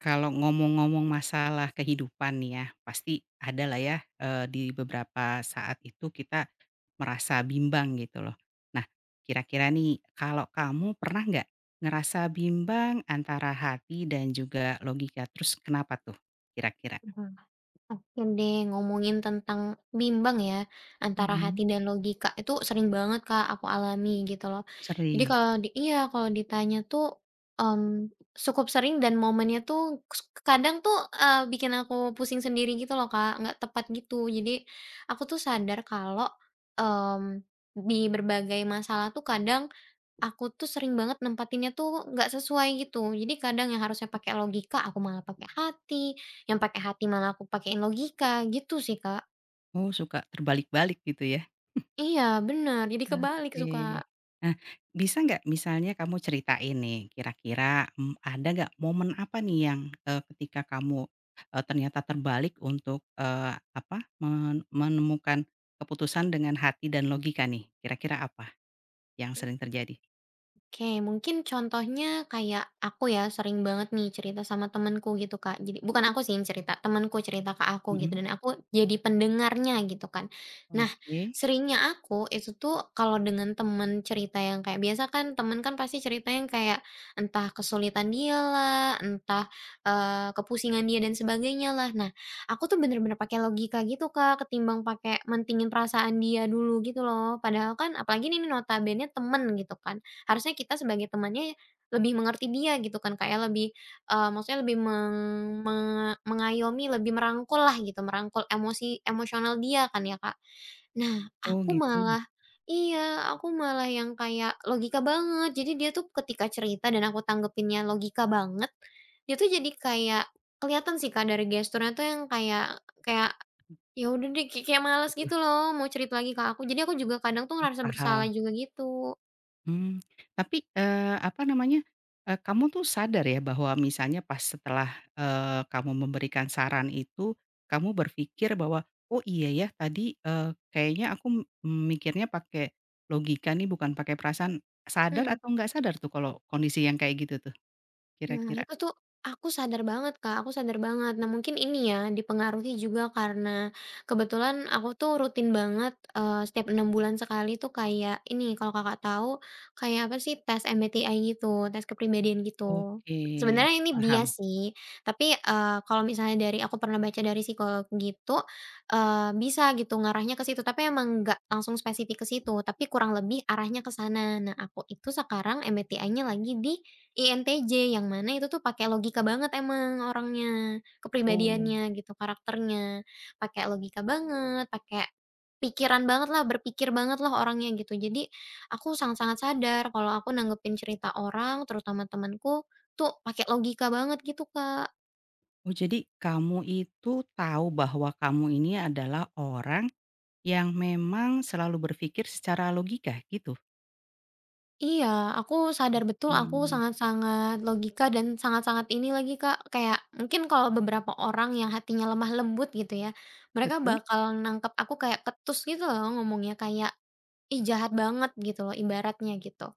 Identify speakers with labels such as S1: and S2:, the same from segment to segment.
S1: Kalau ngomong-ngomong masalah kehidupan nih ya, pasti ada lah ya, di beberapa saat itu kita merasa bimbang gitu loh. Nah, kira-kira nih kalau kamu pernah nggak ngerasa bimbang antara hati dan juga logika? Terus kenapa tuh kira-kira?
S2: Mhm. Oke deh, ngomongin tentang bimbang ya, antara
S1: Mhm.
S2: hati dan logika, itu sering banget Kak, aku alami gitu loh. Jadi
S1: Sering?
S2: kalau di iya, kalau ditanya tuh, cukup sering dan momennya tuh kus kadang tuh, bikin aku pusing sendiri gitu loh Kak, nggak tepat gitu. Jadi, aku tuh sadar kalau, mmm, di berbagai masalah tuh kadang aku tuh sering banget nempatinnya tuh nggak sesuai gitu. Jadi kadang yang harusnya pakai logika aku malah pakai hati, yang pakai hati malah aku pakein logika gitu sih, Kak.
S1: Oh suka terbalik-balik gitu ya?
S2: Iya bener, jadi kebalik suka.
S1: Oke. Nah, bisa nggak misalnya kamu ceritain nih, kira-kira, ada nggak momen apa nih yang, ketika kamu, ternyata terbalik untuk, apa, menemukan keputusan dengan hati dan logika nih, kira-kira apa yang sering terjadi?
S2: Oke, mungkin contohnya kayak aku ya sering banget nih cerita sama temenku gitu Kak. Jadi bukan aku sih yang cerita, temenku cerita ke aku gitu
S1: Mhm,
S2: dan aku jadi pendengarnya gitu kan. Nah,
S1: oke.
S2: seringnya aku itu tuh kalau dengan temen cerita yang kayak biasa kan temen kan pasti cerita yang kayak entah kesulitan dia lah, entah kepusingan dia dan sebagainya lah. Nah, aku tuh bener-bener pakai logika gitu Kak, ketimbang pakai mentingin perasaan dia dulu gitu loh. Padahal kan apalagi ini notabene temen gitu kan. Harusnya kita sebagai temannya lebih mengerti dia gitu kan, Kak, ya, lebih, maksudnya lebih me mengayomi, lebih merangkul lah gitu, merangkul emosional dia kan ya, Kak. Nah,
S1: Oh
S2: aku
S1: gitu,
S2: malah iya, aku malah yang kayak logika banget. Jadi dia tuh ketika cerita dan aku tanggepinnya logika banget, dia tuh jadi kayak kelihatan sih, Kak, dari gesturnya tuh yang kayak kayak, ya udah deh, kayak kayak males
S1: betul,
S2: gitu loh mau cerita lagi ke aku. Jadi aku juga kadang tuh ngerasa bersalah
S1: paham.
S2: juga gitu.
S1: Hmm, tapi, apa namanya, kamu tuh sadar ya bahwa misalnya pas setelah, kamu memberikan saran itu, kamu berpikir bahwa, "Oh iya ya tadi, kayaknya aku mikirnya pakai logika nih bukan pakai perasaan." Sadar
S2: hmm
S1: atau nggak sadar tuh kalau kondisi yang kayak gitu tuh
S2: Nah,
S1: kira-kira?
S2: itu tuh aku sadar banget, Kak, aku sadar banget. Nah, mungkin ini ya dipengaruhi juga karena kebetulan aku tuh rutin banget, setiap 6 bulan sekali tuh kayak ini, kalau Kakak tahu, kayak apa sih, tes MBTI gitu, tes kepribadian gitu.
S1: Oke,
S2: Sebenarnya ini
S1: paham.
S2: bias sih, tapi, kalau misalnya dari aku pernah baca dari psikolog gitu, bisa gitu ngarahnya ke situ, tapi emang nggak langsung spesifik ke situ, tapi kurang lebih arahnya ke sana. Nah, aku itu sekarang MBTI-nya lagi di INTJ, yang mana itu tuh pakai logika banget emang orangnya,
S1: Oh
S2: kepribadiannya gitu, karakternya. Pakai logika banget, pakai pikiran banget lah berpikir banget lah orangnya gitu. Jadi aku sangat-sangat sadar kalau aku nanggepin cerita orang, terutama temanku tuh pakai logika banget gitu, Kak.
S1: oh jadi kamu itu tahu bahwa kamu ini adalah orang yang memang selalu berpikir secara logika gitu?
S2: Iya, aku sadar betul aku
S1: Mmm.
S2: sangat-sangat logika dan sangat-sangat ini lagi Kak, kayak mungkin kalau beberapa orang yang hatinya lemah lembut gitu ya, mereka
S1: Betul,
S2: bakal nangkep aku kayak ketus gitu loh ngomongnya, kayak, "Ih jahat banget," gitu loh ibaratnya gitu.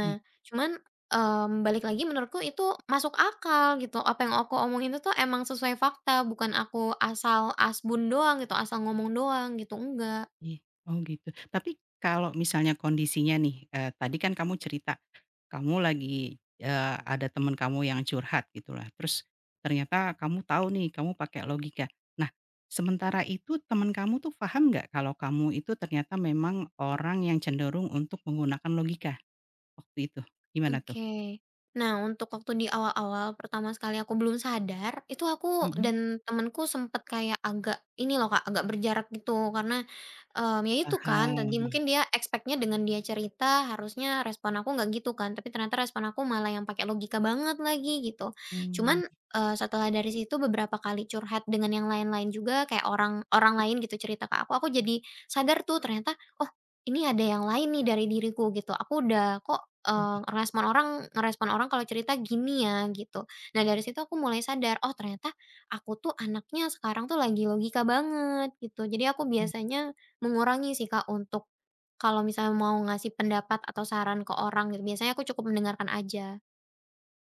S1: mhm,
S2: cuman, balik lagi menurutku itu masuk akal gitu, apa yang aku omongin itu tuh emang sesuai fakta, bukan aku asal asbun doang gitu, asal ngomong doang gitu, enggak.
S1: iya, oh gitu. Tapi kalau misalnya kondisinya nih, tadi kan kamu cerita, kamu lagi, ada temen kamu yang curhat gitulah, terus ternyata kamu tahu nih, kamu pakai logika. Nah, sementara itu temen kamu tuh paham nggak kalau kamu itu ternyata memang orang yang cenderung untuk menggunakan logika waktu itu? Gimana tuh?
S2: Oke. Nah, untuk waktu di awal-awal pertama sekali aku belum sadar, itu aku
S1: Mhm.
S2: dan temenku sempet kayak agak ini loh Kak, agak berjarak gitu karena, ya itu kan tadi
S1: Paham,
S2: mungkin dia expect-nya dengan dia cerita harusnya respon aku nggak gitu kan, tapi ternyata respon aku malah yang pakai logika banget lagi gitu.
S1: mmm,
S2: Cuman, setelah dari situ beberapa kali curhat dengan yang lain-lain juga kayak orang orang lain gitu cerita ke aku jadi sadar tuh ternyata, "Oh ini ada yang lain nih dari diriku gitu, aku udah kok, ngerespon orang kalau cerita gini ya gitu. Nah dari situ aku mulai sadar, oh ternyata aku tuh anaknya sekarang tuh lagi logika banget gitu. Jadi aku
S1: oh.
S2: biasanya mengurangi sih Kak untuk kalau misalnya mau ngasih pendapat atau saran ke orang gitu, biasanya aku cukup mendengarkan aja.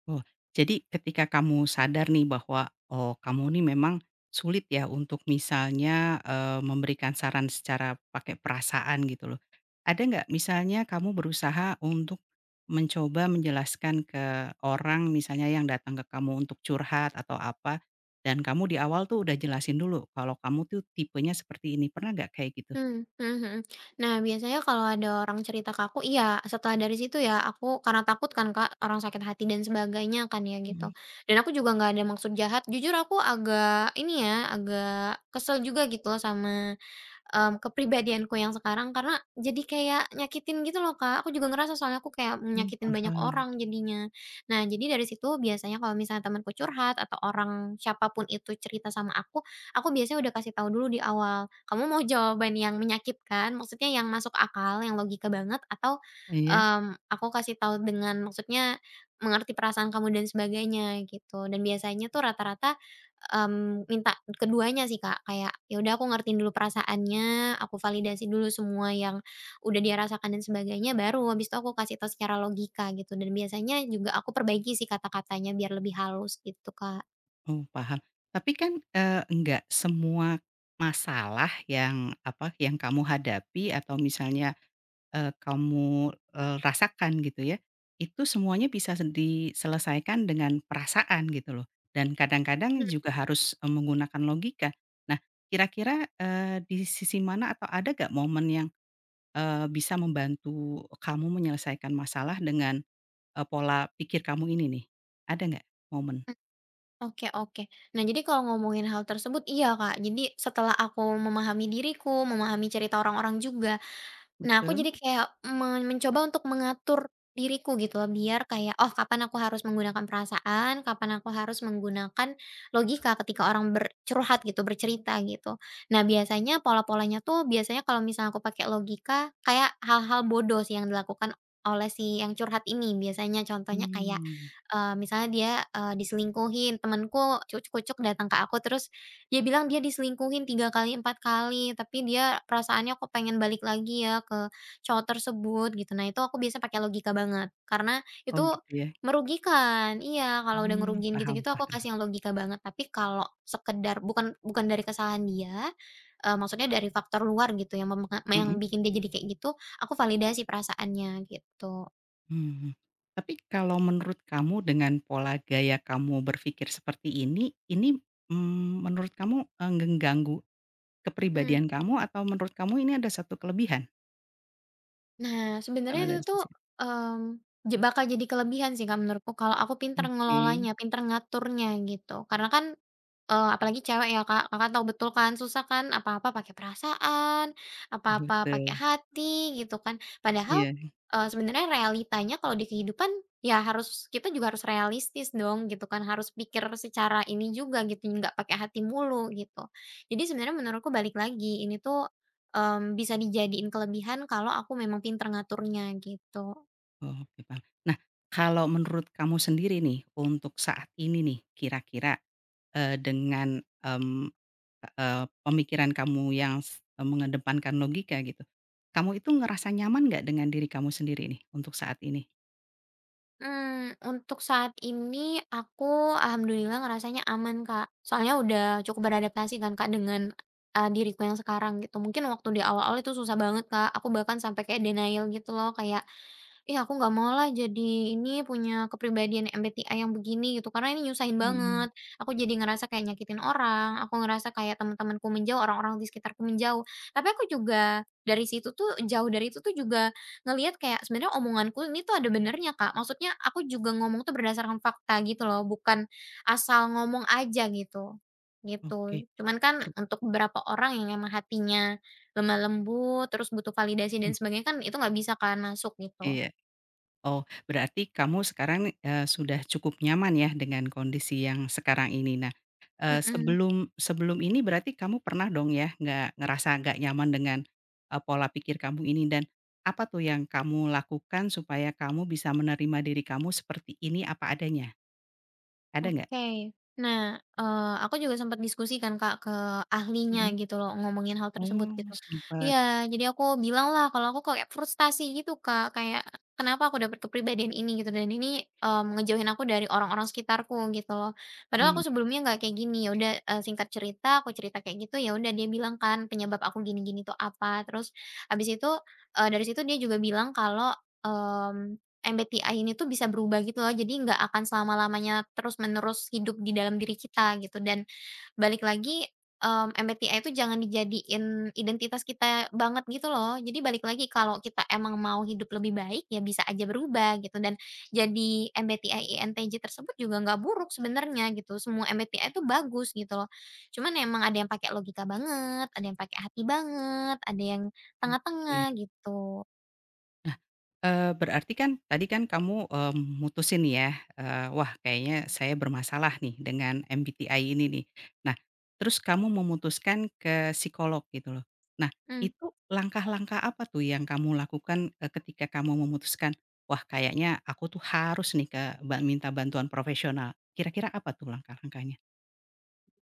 S1: Oh, jadi ketika kamu sadar nih bahwa, oh kamu nih memang sulit ya untuk misalnya, memberikan saran secara pakai perasaan gitu loh. Ada nggak misalnya kamu berusaha untuk mencoba menjelaskan ke orang misalnya yang datang ke kamu untuk curhat atau apa, dan kamu di awal tuh udah jelasin dulu kalau kamu tuh tipenya seperti ini, pernah nggak kayak gitu?
S2: Mmm, mhm mhm. Nah, biasanya kalau ada orang cerita ke aku iya, setelah dari situ ya aku karena takut kan, Kak, orang sakit hati dan sebagainya kan ya, gitu.
S1: Mhm,
S2: Dan aku juga nggak ada maksud jahat, jujur aku agak ini ya, agak kesel juga gitu loh sama, kepribadianku yang sekarang karena jadi kayak nyakitin gitu loh, Kak. Aku juga ngerasa soalnya aku kayak nyakitin banyak
S1: paham.
S2: orang jadinya. Nah, jadi dari situ biasanya kalau misalnya temanku curhat atau orang siapa pun itu cerita sama aku biasanya udah kasih tahu dulu di awal, "Kamu mau jawaban yang menyakitkan, maksudnya yang masuk akal, yang logika banget, atau,
S1: Iya.
S2: aku kasih tahu dengan maksudnya mengerti perasaan kamu dan sebagainya?" Gitu. Dan biasanya tuh rata-rata, minta keduanya sih, Kak. Kayak, "Ya udah aku ngertiin dulu perasaannya, aku validasi dulu semua yang udah dia rasakan dan sebagainya, baru habis itu aku kasih tahu secara logika," gitu. Dan biasanya juga aku perbaiki sih kata-katanya biar lebih halus gitu, Kak.
S1: Oh, paham. Tapi kan, enggak semua masalah yang, apa, yang kamu hadapi atau misalnya, kamu, rasakan gitu ya, itu semuanya bisa diselesaikan dengan perasaan gitu loh, dan kadang-kadang
S2: Mhm.
S1: juga harus, menggunakan logika. Nah, kira-kira, di sisi mana atau ada nggak momen yang, bisa membantu kamu menyelesaikan masalah dengan, pola pikir kamu ini nih? Ada nggak momen?
S2: Oke oke. Nah, jadi kalau ngomongin hal tersebut iya, Kak. Jadi setelah aku memahami diriku, memahami cerita orang-orang juga, nah, aku
S1: Betul,
S2: jadi kayak mencoba untuk mengatur diriku gitu loh, biar kayak, oh kapan aku harus menggunakan perasaan, kapan aku harus menggunakan logika ketika orang bercurhat gitu, bercerita gitu. Nah, biasanya pola-polanya tuh biasanya kalau misalnya aku pakai logika, kayak hal-hal bodoh sih yang dilakukan oleh si yang curhat ini. Biasanya contohnya kayak,
S1: mmm.
S2: misalnya dia, diselingkuhin, temanku cucuk-kucuk datang ke aku terus dia bilang dia diselingkuhin 3 kali, 4 kali, tapi dia perasaannya kok pengen balik lagi ya ke cowok tersebut gitu. Nah itu aku biasa pakai logika banget, karena itu
S1: Oh gitu ya?
S2: merugikan. Iya, kalau udah ngerugiin
S1: Paham
S2: gitu-gitu aku
S1: paham.
S2: kasih yang logika banget, tapi kalau sekedar bukan bukan dari kesalahan dia, maksudnya dari faktor luar gitu yang
S1: Mhm
S2: bikin dia jadi kayak gitu, aku validasi perasaannya gitu.
S1: mhm. Tapi kalau menurut kamu dengan pola gaya kamu berpikir seperti ini, menurut kamu, ngeganggu
S2: Mhm.
S1: kepribadian kamu atau menurut kamu ini ada satu kelebihan
S2: Nah, sebenarnya
S1: kalau
S2: itu
S1: dari
S2: tuh,
S1: sisi.
S2: mmm, bakal jadi kelebihan sih Kak menurutku kalau aku pinter
S1: Oke,
S2: ngelolanya, pinter ngaturnya gitu. Karena kan apalagi cewek ya Kak, Kakak tahu betul kan susah kan apa-apa pakai perasaan, apa-apa pakai
S1: betul,
S2: hati gitu kan. Padahal,
S1: iya.
S2: sebenarnya realitanya kalau di kehidupan ya harus kita juga harus realistis dong gitu kan, harus pikir secara ini juga gitu, nggak pakai hati mulu gitu. Jadi sebenarnya menurutku balik lagi, ini tuh, bisa dijadiin kelebihan kalau aku memang pinter ngaturnya gitu.
S1: Oh, oke paham. Nah, kalau menurut kamu sendiri nih, untuk saat ini nih, kira-kira, dengan, mmm pemikiran kamu yang mengedepankan logika gitu. Kamu itu ngerasa nyaman nggak dengan diri kamu sendiri nih untuk saat ini?
S2: Untuk saat ini aku alhamdulillah ngerasanya aman, Kak. Soalnya udah cukup beradaptasi kan, Kak, dengan, diriku yang sekarang gitu. Mungkin waktu di awal-awal itu susah banget, Kak. Aku bahkan sampai kayak denial gitu loh, kayak, ih, aku nggak mau lah jadi ini, punya kepribadian MBTI yang begini gitu, karena ini nyusahin
S1: Mhm.
S2: banget. Aku jadi ngerasa kayak nyakitin orang, aku ngerasa kayak teman-temanku menjauh, orang-orang di sekitarku menjauh. Tapi aku juga dari situ tuh, jauh dari itu tuh juga ngelihat kayak sebenarnya omonganku ini tuh ada benernya, Kak. Maksudnya aku juga ngomong tuh berdasarkan fakta gitu loh, bukan asal ngomong aja gitu. Gitu.
S1: Oke,
S2: Cuman kan
S1: ber
S2: untuk beberapa orang yang emang hatinya lemah lembut, terus butuh validasi dan
S1: mhm,
S2: sebagainya kan itu nggak bisa kan masuk gitu.
S1: iya. Oh, berarti kamu sekarang, sudah cukup nyaman ya dengan kondisi yang sekarang ini. Nah,
S2: Mhm,
S1: sebelum sebelum ini berarti kamu pernah dong ya nggak ngerasa nggak nyaman dengan, pola pikir kamu ini dan apa tuh yang kamu lakukan supaya kamu bisa menerima diri kamu seperti ini apa adanya? Ada
S2: oke. Nah, aku juga sempat diskusikan Kak ke ahlinya
S1: nggak?
S2: gitu loh, ngomongin hal tersebut
S1: Oh,
S2: gitu. Iya,
S1: sempat.
S2: jadi aku bilang lah kalau aku kayak frustasi gitu Kak, kayak kenapa aku dapat kepribadian ini gitu dan ini, ngejauhin aku dari orang-orang sekitarku gitu loh. Padahal aku
S1: Mmm,
S2: sebelumnya nggak kayak gini, ya udah, singkat cerita aku cerita kayak gitu, ya udah dia bilang kan penyebab aku gini-gini tuh apa, terus habis itu, dari situ dia juga bilang kalau, mmm MBTI ini tuh bisa berubah gitu loh, jadi nggak akan selama-lamanya terus-menerus hidup di dalam diri kita gitu dan balik lagi, MBTI itu jangan dijadiin identitas kita banget gitu loh. Jadi balik lagi kalau kita emang mau hidup lebih baik ya bisa aja berubah gitu dan jadi MBTI INTJ tersebut juga nggak buruk sebenarnya gitu, semua MBTI itu bagus gitu loh. Cuman emang ada yang pakai logika banget, ada yang pakai hati banget, ada yang
S1: oke.
S2: tengah-tengah gitu.
S1: Nah, berarti kan tadi kan kamu, mutusin ya, "Wah, kayaknya saya bermasalah nih dengan MBTI ini nih." Nah, terus kamu memutuskan ke psikolog gitu loh. Nah, itu langkah-langkah apa tuh yang kamu lakukan, ketika kamu memutuskan, "Wah, kayaknya aku tuh harus nih ke minta bantuan profesional." Kira-kira apa tuh langkah-langkahnya?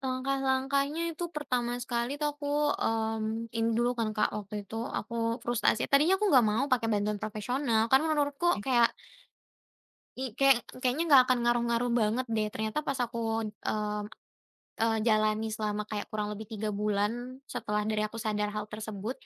S2: Langkah-langkahnya itu pertama sekali tuh aku, ini dulu kan Kak, waktu itu aku frustasi, tadinya aku nggak mau pakai bantuan profesional, karena menurutku
S1: Oke,
S2: kayak kayak kayaknya nggak akan ngaruh-ngaruh banget deh, ternyata pas aku, mmm jalani selama kayak kurang lebih 3 bulan setelah dari aku sadar hal tersebut,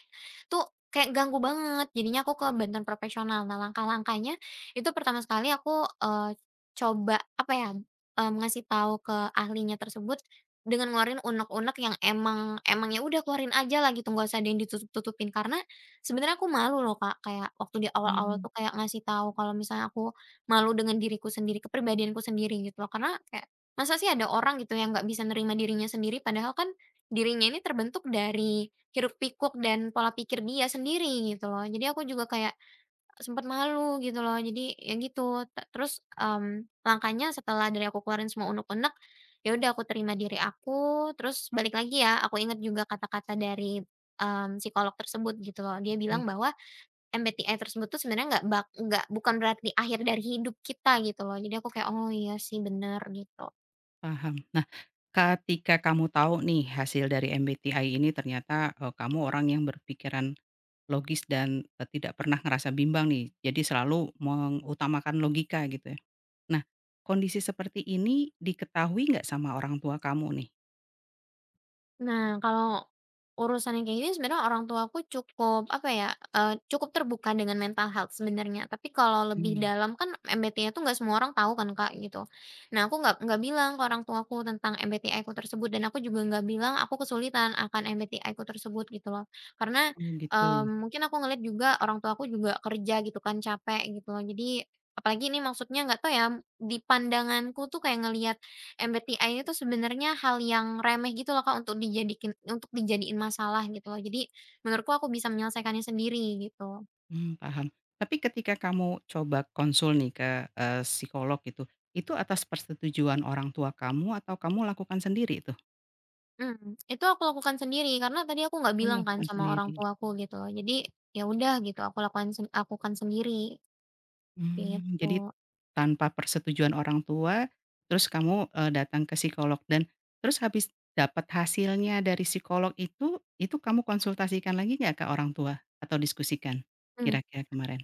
S2: tuh kayak ganggu banget, jadinya aku ke bantuan profesional. Nah, langkah-langkahnya itu pertama sekali aku, coba apa ya, ngasih tahu ke ahlinya tersebut dengan ngeluarin unek-unek yang emangnya udah keluarin aja lah gitu, nggak usah ada yang ditutup-tutupin. Karena sebenarnya aku malu loh, Kak, kayak waktu di awal-awal
S1: mmm,
S2: tuh kayak ngasih tahu kalau misalnya aku malu dengan diriku sendiri, kepribadianku sendiri gitu loh. Karena kayak masa sih ada orang gitu yang nggak bisa nerima dirinya sendiri, padahal kan dirinya ini terbentuk dari hiruk-pikuk dan pola pikir dia sendiri gitu loh. Jadi aku juga kayak sempat malu gitu loh. Jadi ya gitu, terus, langkahnya setelah dari aku keluarin semua unek-unek, ya udah aku terima diri aku, terus balik lagi ya, aku inget juga kata-kata dari, psikolog tersebut gitu loh. Dia
S1: oke.
S2: bilang bahwa MBTI tersebut tuh sebenarnya nggak bukan berarti akhir dari hidup kita gitu loh. Jadi aku kayak, "Oh iya sih bener," gitu.
S1: Paham. Nah, ketika kamu tahu nih hasil dari MBTI ini ternyata, kamu orang yang berpikiran logis dan, tidak pernah ngerasa bimbang nih, jadi selalu mengutamakan logika gitu ya. Nah, kondisi seperti ini diketahui nggak sama orang tua kamu nih?
S2: Nah, kalau urusan yang kayak gini sebenarnya orang tuaku cukup, apa ya, cukup terbuka dengan mental health sebenarnya. Tapi kalau lebih
S1: Mmm.
S2: dalam kan MBTI itu nggak semua orang tahu kan, Kak, gitu. Nah, aku nggak bilang ke orang tuaku tentang MBTI-ku tersebut dan aku juga nggak bilang aku kesulitan akan MBTI-ku tersebut gitu loh. Karena,
S1: Oh gitu,
S2: mungkin aku ngeliat juga orang tuaku juga kerja gitu kan, capek gitu loh. Jadi apalagi ini maksudnya nggak tahu ya, di pandanganku tuh kayak ngelihat MBTI itu sebenarnya hal yang remeh gitu loh Kak, untuk dijadiin masalah gitu loh. Jadi menurutku aku bisa menyelesaikannya sendiri gitu.
S1: paham. Tapi ketika kamu coba konsul nih ke, psikolog gitu, itu atas persetujuan orang tua kamu atau kamu lakukan sendiri itu?
S2: Mhm, itu aku lakukan sendiri karena tadi aku nggak
S1: Oh,
S2: bilang kan
S1: lakukan
S2: sama orang
S1: sendiri.
S2: tuaku gitu loh. Jadi ya udah gitu aku lakukan sendiri
S1: Jadi
S2: gitu.
S1: tanpa persetujuan orang tua, terus kamu, datang ke psikolog dan terus habis dapat hasilnya dari psikolog itu kamu konsultasikan lagi nggak ke orang tua atau diskusikan
S2: Mhm.
S1: kira-kira kemarin?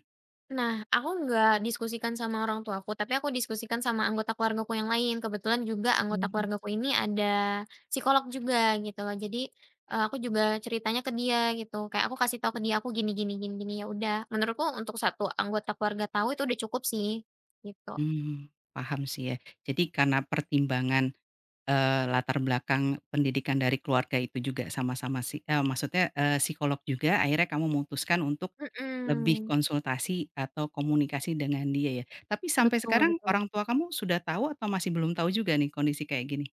S2: Nah, aku nggak diskusikan sama orang tuaku, tapi aku diskusikan sama anggota keluargaku yang lain. Kebetulan juga anggota
S1: Mmm.
S2: keluargaku ini ada psikolog juga gitu loh. Jadi, aku juga ceritanya ke dia gitu, kayak aku kasih tahu ke dia, "Aku gini gini gini gini." Ya udah, menurutku untuk satu anggota keluarga tahu itu udah cukup sih, gitu.
S1: Mmm, paham sih ya. Jadi karena pertimbangan, latar belakang pendidikan dari keluarga itu juga sama-sama maksudnya, psikolog juga akhirnya kamu memutuskan untuk lebih
S2: Mhm,
S1: konsultasi atau komunikasi dengan dia ya. Tapi sampai
S2: betul
S1: sekarang
S2: betul.
S1: orang tua kamu sudah tahu atau masih belum tahu juga nih kondisi kayak gini?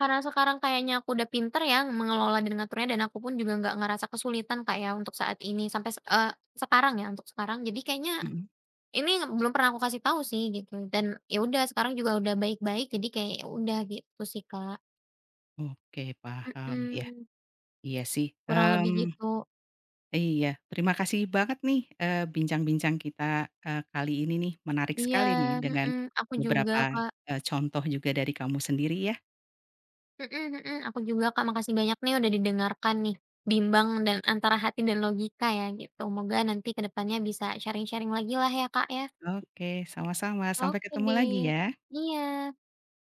S2: Karena sekarang kayaknya aku udah pinter ya mengelola dan ngaturnya dan aku pun juga nggak ngerasa kesulitan kayak untuk saat ini sampai sekarang ya, untuk sekarang. Jadi kayaknya
S1: Mhm.
S2: ini belum pernah aku kasih tahu sih gitu dan ya udah sekarang juga udah baik-baik jadi kayak ya udah gitu sih, Kak.
S1: Oke paham, ya.
S2: Mhm,
S1: Iya sih,
S2: kurang lebih gitu.
S1: iya terima kasih banget nih, bincang-bincang kita, kali ini nih menarik
S2: Iya,
S1: sekali nih dengan
S2: mhm, aku juga,
S1: beberapa,
S2: Kak.
S1: contoh juga dari kamu sendiri ya.
S2: Mhm mhm, aku juga, Kak, makasih banyak nih udah didengarkan nih, bimbang dan antara hati dan logika ya gitu. Moga nanti ke depannya bisa sharing-sharing lagi lah ya, Kak, ya.
S1: Oke sama-sama sampai
S2: Oke
S1: ketemu lagi
S2: deh.
S1: ya.
S2: Iya.